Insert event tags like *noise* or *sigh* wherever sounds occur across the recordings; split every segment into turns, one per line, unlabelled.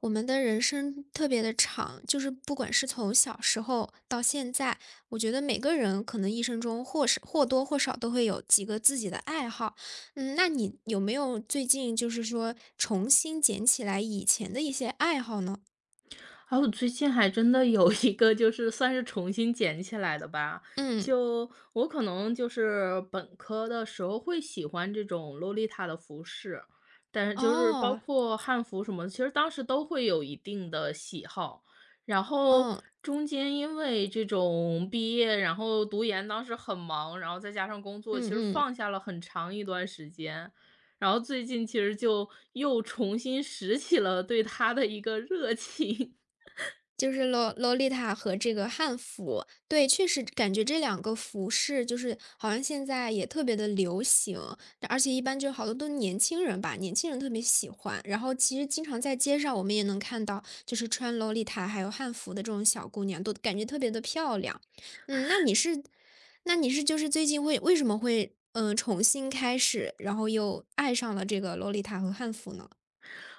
我们的人生特别的长，就是不管是从小时候到现在，我觉得每个人可能一生中或是或多或少都会有几个自己的爱好。嗯，那你有没有最近就是说重新捡起来以前的一些爱好呢？
啊，我最近还真的有一个就是算是重新捡起来的吧。
嗯，
就我可能就是本科的时候会喜欢这种洛丽塔的服饰，但是就是包
哦，
括汉服什么的其实当时都会有一定的喜好。然后
嗯
中间因为这种毕业，然后读研当时很忙，然后再加上工作，其
嗯
实
嗯。
放下了很长一段时间。然后最近其实就又重新拾起了对它的一个热情。
就是洛丽塔和这个汉服，对，确实感觉这两个服饰就是好像现在也特别的流行，而且一般就好多都年轻人吧，年轻人特别喜欢。然后其实经常在街上我们也能看到，就是穿洛丽塔还有汉服的这种小姑娘，都感觉特别的漂亮。嗯，那你是就是最近会为什么会重新开始，然后又爱上了这个洛丽塔和汉服呢？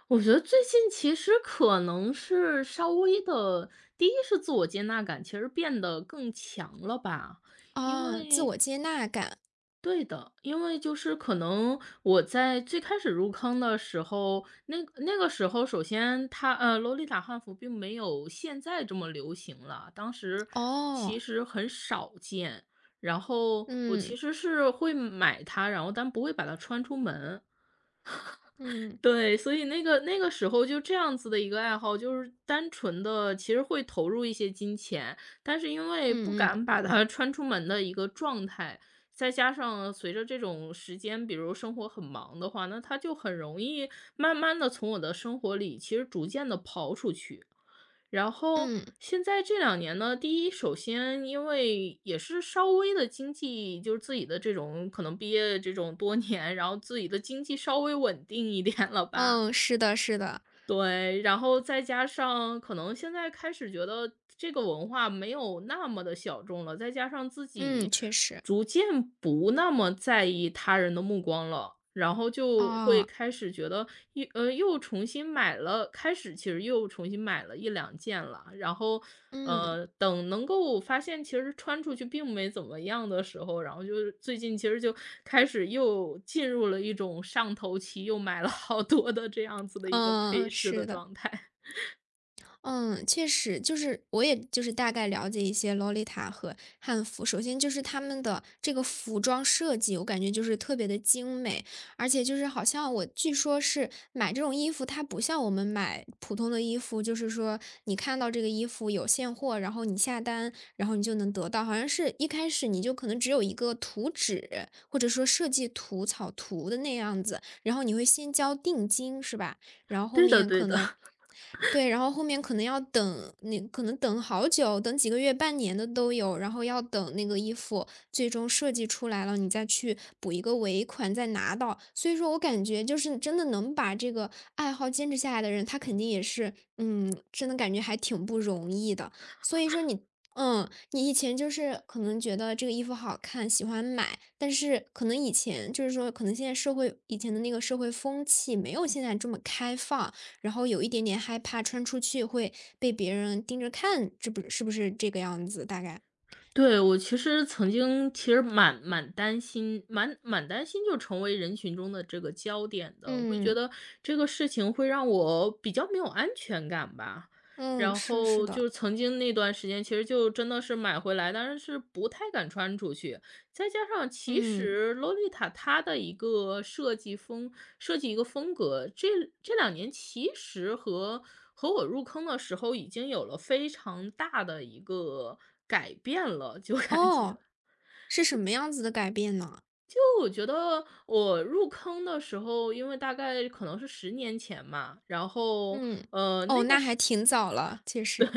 我觉得最近其实可能是稍微的，第一是自我接纳感其实变得更强了吧，因
哦，自
为
我接纳感，
对的，因为就是可能我在最开始入坑的时候，那个时候首先它洛丽塔汉服并没有现在这么流行了，当时其
哦，
实很少见，然后我其
嗯
实是会买它，然后但不会把它穿出门。
嗯。
对，所以那个时候就这样子的一个爱好，就是单纯的其实会投入一些金钱，但是因为不
嗯嗯
敢把它 *laughs* 穿出门的一个状态，再加上随着这种时间，比如生活很忙的话，那它就很容易慢慢的从我的生活里其实逐渐的刨出去。然后
嗯，
现在这两年呢，第一，首先因为也是稍微的经济就是自己的这种可能毕业这种多年，然后自己的经济稍微稳定一点了吧。
嗯，是的是的，
对，然后再加上可能现在开始觉得这个文化没有那么的小众了，再加上自己
嗯，确实，
逐渐不那么在意他人的目光了，然后就会
哦，
开始觉得又重新买了开始其实又重新买了一两件了，然后，
嗯，
等能够发现其实穿出去并没怎么样的时候，然后就是最近其实就开始又进入了一种上头期，又买了好多的这样子的一个配
嗯，
饰的
是的。
状态。
嗯，确实，就是我也就是大概了解一些洛丽塔和汉服。首先就是他们的这个服装设计，我感觉就是特别的精美，而且就是好像我据说是买这种衣服，它不像我们买普通的衣服，就是说你看到这个衣服有现货，然后你下单，然后你就能得到。好像是一开始你就可能只有一个图纸，或者说设计图、草图的那样子，然后你会先交定金，是吧？然后
*laughs*
后
对的
面
对
可
的。
能对，然后后面可能要等，那可能等好久，等几个月、半年的都有，然后要等那个衣服最终设计出来了，你再去补一个尾款，再拿到。所以说我感觉就是真的能把这个爱好坚持下来的人，他肯定也是，嗯，真的感觉还挺不容易的。所以说你嗯，你以前就是可能觉得这个衣服好看，喜欢买，但是可能以前就是说，可能现在社会以前的那个社会风气没有现在这么开放，然后有一点点害怕穿出去会被别人盯着看，这不是这个样子？大概，
对，我其实曾经其实蛮担心，蛮担心就成为人群中的这个焦点的。我会觉
嗯
得这个事情会让我比较没有安全感吧。
嗯，
然
是是
后就
的，
是曾经那段时间，其实就真的是买回来，但是是不太敢穿出去。再加上其
嗯，
实洛丽塔它的一个设计一个风格，这两年其实和我入坑的时候已经有了非常大的一个改变了，就感觉。
哦，是什么样子的改变呢？
就我觉得我入坑的时候，因为大概可能是10年前嘛，然后，
嗯，
呃，
哦，
那个
那还
时
挺早了，其
*laughs* 对，
实，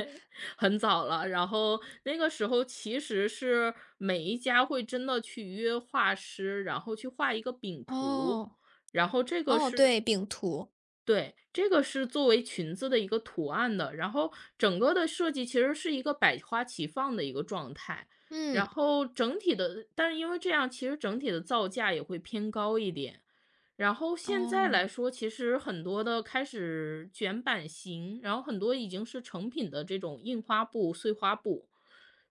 很早了。然后那个时候其实是每一家会真的去约画师，然后去画一个饼图，
哦
然后这个
哦，
是
对，饼图，
对，这个是作为裙子的一个图案的，然后整个的设计其实是一个百花齐放的一个状态，然
嗯，
后整体的，但是因为这样，其实整体的造价也会偏高一点。然后现在来
哦，
说，其实很多的开始卷版型，然后很多已经是成品的这种印花布、碎花布，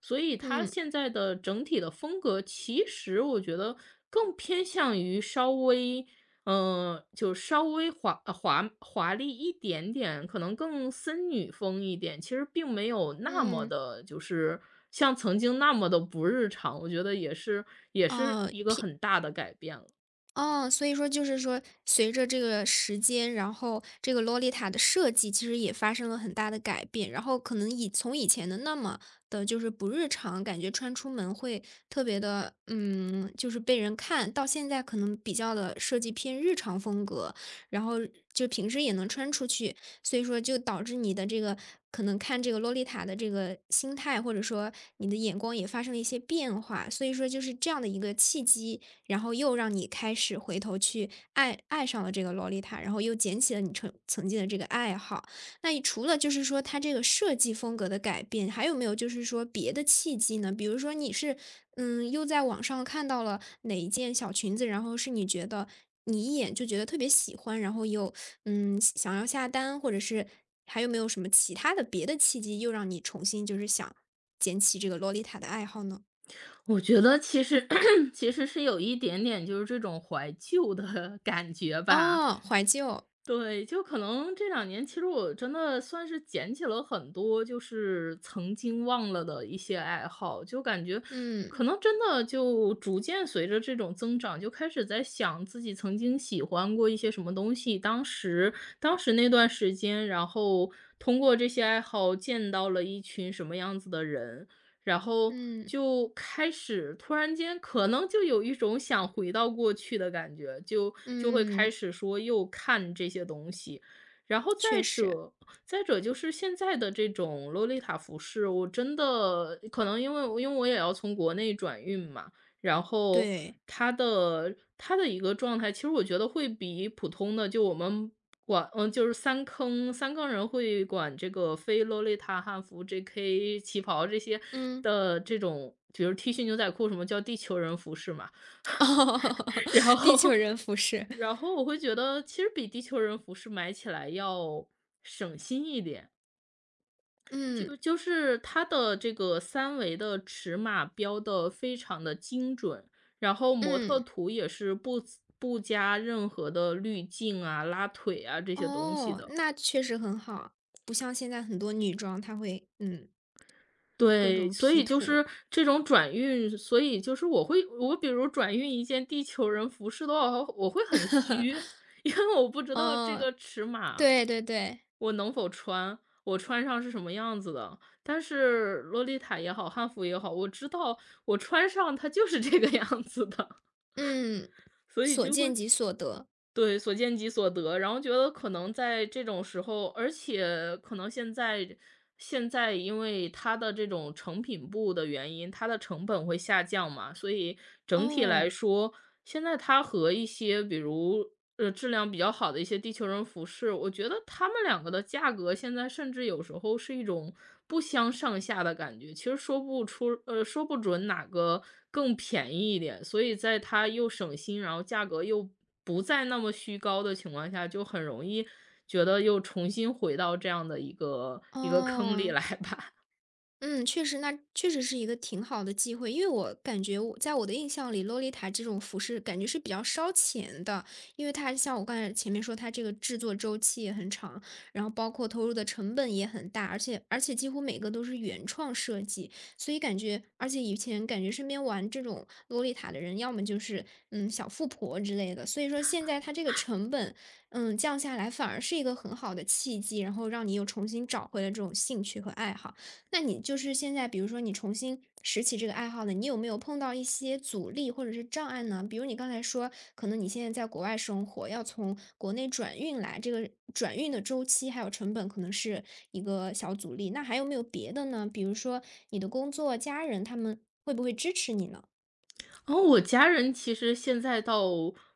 所以它
嗯
现在的整体的风格，其实我觉得更偏向于稍微嗯，就稍微华丽一点点，可能更森女风一点，其实并没有那么
嗯。
的，就是像曾经那么的不日常，我觉得也是
哦，
一个
偏
很大的改变了。
哦，所以说就是说，随着这个时间，然后这个洛丽塔的设计其实也发生了很大的改变，然后可能以从以前的那么的就是不日常，感觉穿出门会特别的，嗯，就是被人看到现在可能比较的设计偏日常风格，然后就平时也能穿出去，所以说就导致你的这个可能看这个洛丽塔的这个心态，或者说你的眼光也发生了一些变化，所以说就是这样的一个契机，然后又让你开始回头去爱上了这个洛丽塔，然后又捡起了你曾经的这个爱好。那除了就是说它这个设计风格的改变，还有没有就是说别的契机呢？比如说你是，嗯，又在网上看到了哪一件小裙子，然后是你觉得你一眼就觉得特别喜欢，然后又，嗯，想要下单，或者是还有没有什么其他的别的契机，又让你重新就是想捡起这个洛丽塔的爱好呢？
我觉得其实 *coughs* *clears throat* 其实是有一点点就是这种怀旧的 *laughs* 感觉吧。
哦，怀旧，
对，就可能这两年，其实我真的算是捡起了很多，就是曾经忘了的一些爱好，就感觉
嗯
可能真的就逐渐随着这种增长，就开始在想自己曾经喜欢过一些什么东西，当时那段时间，然后通过这些爱好见到了一群什么样子的人。然后
嗯。
就开始突然间可能就有一种想回到过去的感觉，就会开
嗯，
始说又看这些东西。然后再
确实，
者再者就是现在的这种洛丽塔服饰，我真的可能因为我也要从国内转运嘛，然后
对，
它的一个状态，其实我觉得会比普通的就我们就是三坑人会管这个非洛丽塔汉服、JK 旗袍这些
嗯，
的这种，比如 T 恤、牛仔裤什么叫地球人服饰嘛。
*laughs* 哦，
*laughs* 然
地球
后
人服饰，
然后我会觉得其实比地球人服饰买起来要省心一点，
嗯
就是它的这个三维的尺码标的非常的精准，然后模特
嗯，
图也是不加任何的滤镜啊、拉腿啊这些东西
哦，
的。
那确实很好，不像现在很多女装，它会各
对，
种
所
P
以就
图，
是这种转运，所以就是我比如转运一件地球人服饰的话，我会很虚，*laughs* 因为我不知道这
哦，
个尺码
对对对，
我能否穿，我穿上是什么样子的。但是洛丽塔也好，汉服也好，我知道我穿上它就是这个 *laughs* 样子的，
嗯，
所以
所
就会
见即所得，
对，所见即所得，然后觉得可能在这种时候，而且可能现在因为它的这种成品部的原因，它的成本会下降嘛，所以整体来
哦
说，现在它和一些比如质量比较好的一些地球人服饰，我觉得他们两个的价格现在甚至有时候是一种不相上下的感觉，其实说不出，说不准哪个更便宜一点，所以在它又省心，然后价格又不再那么虚高的情况下，就很容易觉得又重新回到这样的一个一个坑里
哦。
来吧。
嗯，确实，那确实是一个挺好的机会，因为我感觉我在我的印象里，洛丽塔这种服饰感觉是比较烧钱的，因为它像我刚才前面说，它这个制作周期也很长，然后包括投入的成本也很大，而且几乎每个都是原创设计，所以感觉，而且以前感觉身边玩这种洛丽塔的人，要么就是小富婆之类的，所以说现在它这个成本降下来，反而是一个很好的契机，然后让你又重新找回了这种兴趣和爱好。那你就是现在，比如说你重新拾起这个爱好呢，你有没有碰到一些阻力或者是障碍呢？比如你刚才说，可能你现在在国外生活，要从国内转运来，这个转运的周期还有成本可能是一个小阻力。那还有没有别的呢？比如说你的工作、家人他们会不会支持你呢？
哦，我家人其实现在倒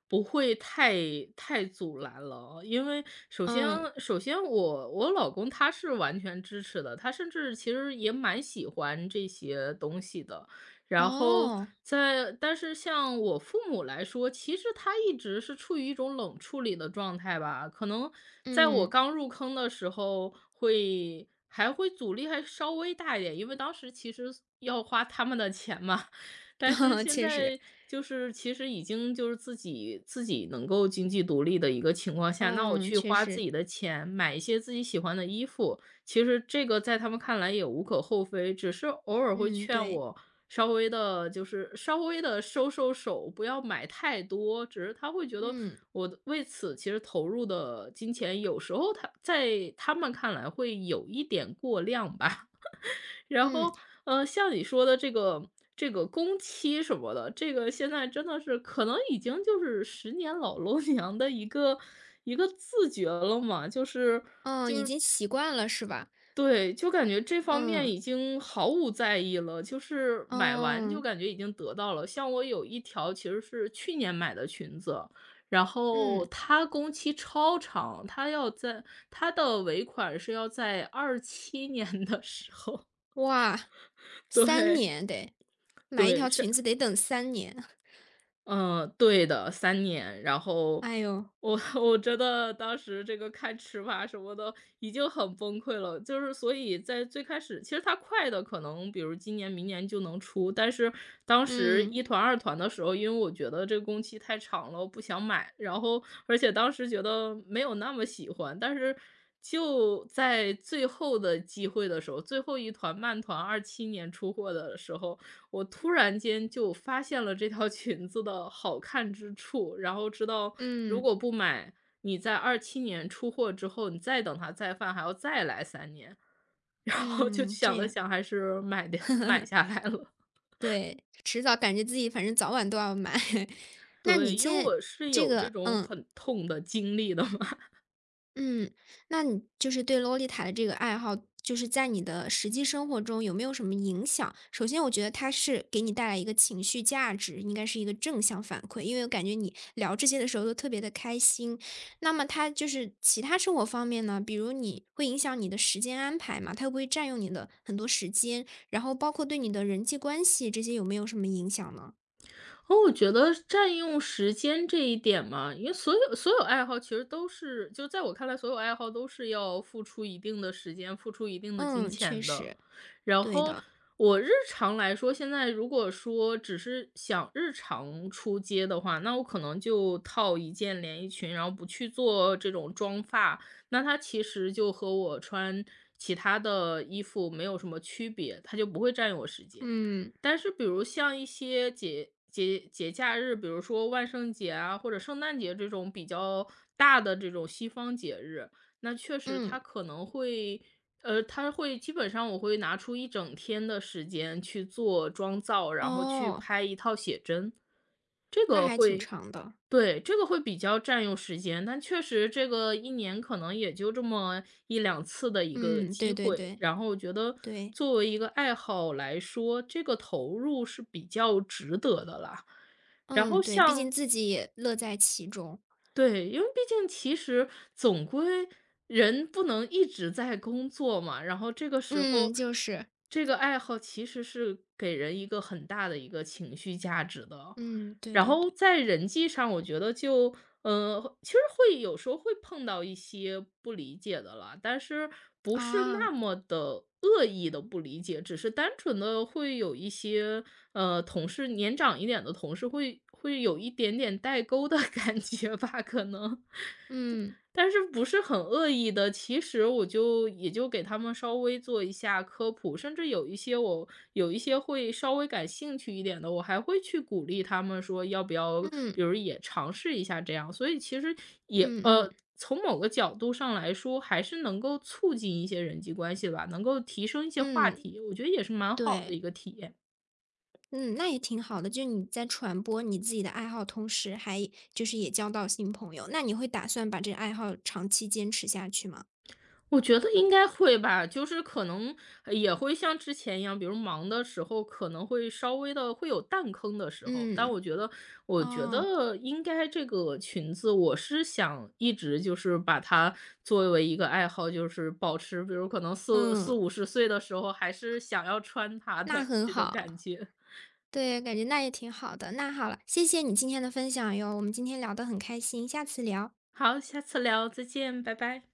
不会太阻拦了，因为首先
嗯，
首先我老公他是完全支持的，他甚至其实也蛮喜欢这些东西的。然后
哦，
但是像我父母来说，其实他一直是处于一种冷处理的状态吧，可能在我
嗯，
刚入坑的时候会还会阻力还稍微大一点，因为当时其实要花他们的钱嘛，但是
*laughs*
现
确实，
在就是其实已经就是自己能够经济独立的一个情况下，那我
嗯，
去
确
花自
实，
己的钱买一些自己喜欢的衣服，其实这个在他们看来也无可厚非，只是偶尔会
嗯，
劝
对，
我稍微的，就是稍微的收收手，不要买太多。只是他会觉得
嗯
我的为此其实投入的金钱，有时候他在他们看来会有一点过量吧。然
嗯
后，像你说的这个工期什么的，这个现在真的是可能已经就是十年老楼 *laughs* 娘的一个一个自觉了嘛，就是
嗯，已经习惯了是吧？
对，就感觉这方
嗯
面
嗯。
已经毫无在意了，就是买完就
哦
感觉已经得到了。像我有一条其实是去年买的裙子，然后
嗯，
它工期超长，它要在它的尾款是要在二七年的时候，
哇
*laughs*
三
对，
年得，买一
对，
条
是
裙子得等三年，*laughs*
嗯，对的三年。然后
哎呦，
我 *laughs* 我觉得当时这个看尺码什么的已经很崩溃了，就是所以在最开始，其实它快的可能比如今年、明年就能出，但是当时
嗯，
一团、二团的时候，因为我觉得这个工期太长了，我不想买，然后而且当时觉得没有那么喜欢，但是就在最后的机会的时候，最后一团慢团二七年出货的时候，我突然间就发现了这条裙子的好看之处，然后知道如
嗯，
果不买，你在二七年出货之后，你再等它再犯，还要再来三年。*laughs* 然后就
嗯，
想
这
了
样，
想，还是买下来了。
对，迟早感觉自己反正早晚都要买。*laughs* 那
对，
你
因
现
为
在
我是
这
有这
个
种
嗯。
很痛的经历的嘛，
嗯，那你就是对洛丽塔的这个爱好，就是在你的实际生活中有没有什么影响？首先，我觉得它是给你带来一个情绪价值，应该是一个正向反馈，因为我感觉你聊这些的时候都特别的开心。那么，它就是其他生活方面呢，比如你会影响你的时间安排嘛？它会不会占用你的很多时间？然后，包括对你的人际关系这些有没有什么影响呢？
哦，我觉得占用时间这一点嘛，因为所有爱好其实都是，就在我看来，所有爱好都是要付出一定的时间，付出一定的金
嗯，确
钱的。
实，
然
对
后
的。
我日常来说，现在如果说只是想日常出街的话，那我可能就套一件连衣裙，然后不去做这种妆发，那它其实就和我穿其他的衣服没有什么区别，它就不会占用我时间。
嗯
但是比如像一些节假日，比如说万圣节啊，或者圣诞节这种比较大的这种西方节日，那确实它
嗯，
可能会，它会基本上我会拿出1整天的时间去做妆造，然后去
哦，
拍一套写真。
那还挺长的。
对，这个会比较占用时间，但确实这个一年可能也就这么一两次的一个
嗯，
机
对对
会。
对，
然后我觉得
对，
作为一个爱好来说，这个投入是比较值得的啦。然
嗯，
后
对，毕
像
竟自己也乐在其中。
对，因为毕竟其实总归人不能一直在工作嘛，然后这个时
嗯，
候，
就是，
这个爱好其实是给人一个很大的一个情绪价值的。
嗯，对
然
对
后
对，
在人际上，我觉得就其实会有时候会碰到一些不理解的了，但是不是那
啊，
么的恶意的不理解，只是单纯的会有一些同事年长一点的同事会有一点点代沟的 *laughs* 感觉吧，可能。
嗯，
但是不是很恶意的，其实我就也就给他们稍微做一下科普，甚至有一些有一些会稍微感兴趣一点的，我还会去鼓励他们说要不要，
嗯，
比如也尝试一下这样。所以其实也
嗯嗯
从某个角度上来说，还是能够促进一些人际关系吧，能够提升一些话
嗯，
题，我觉得也是蛮好的
对，
一个体验。
嗯，那也挺好的，就你在传播你自己的爱好，同时还就是也交到新朋友，那你会打算把这个爱好长期坚持下去吗？
我觉得应该会吧，就是可能也会像之前一样，比如忙的时候可能会稍微的会有弹坑的时候，但
嗯，
我觉得我觉
哦，
得应该这个裙子，我是想一直就是把它作为一个爱好，就是保持，比如可能四
嗯，
五十岁的时候还是想要穿它
那
的
很
这种
好。
感觉。
对，感觉那也挺好的。那好了，谢谢你今天的分享哟，我们今天聊得很开心，下次聊。
好，下次聊，再见，拜拜。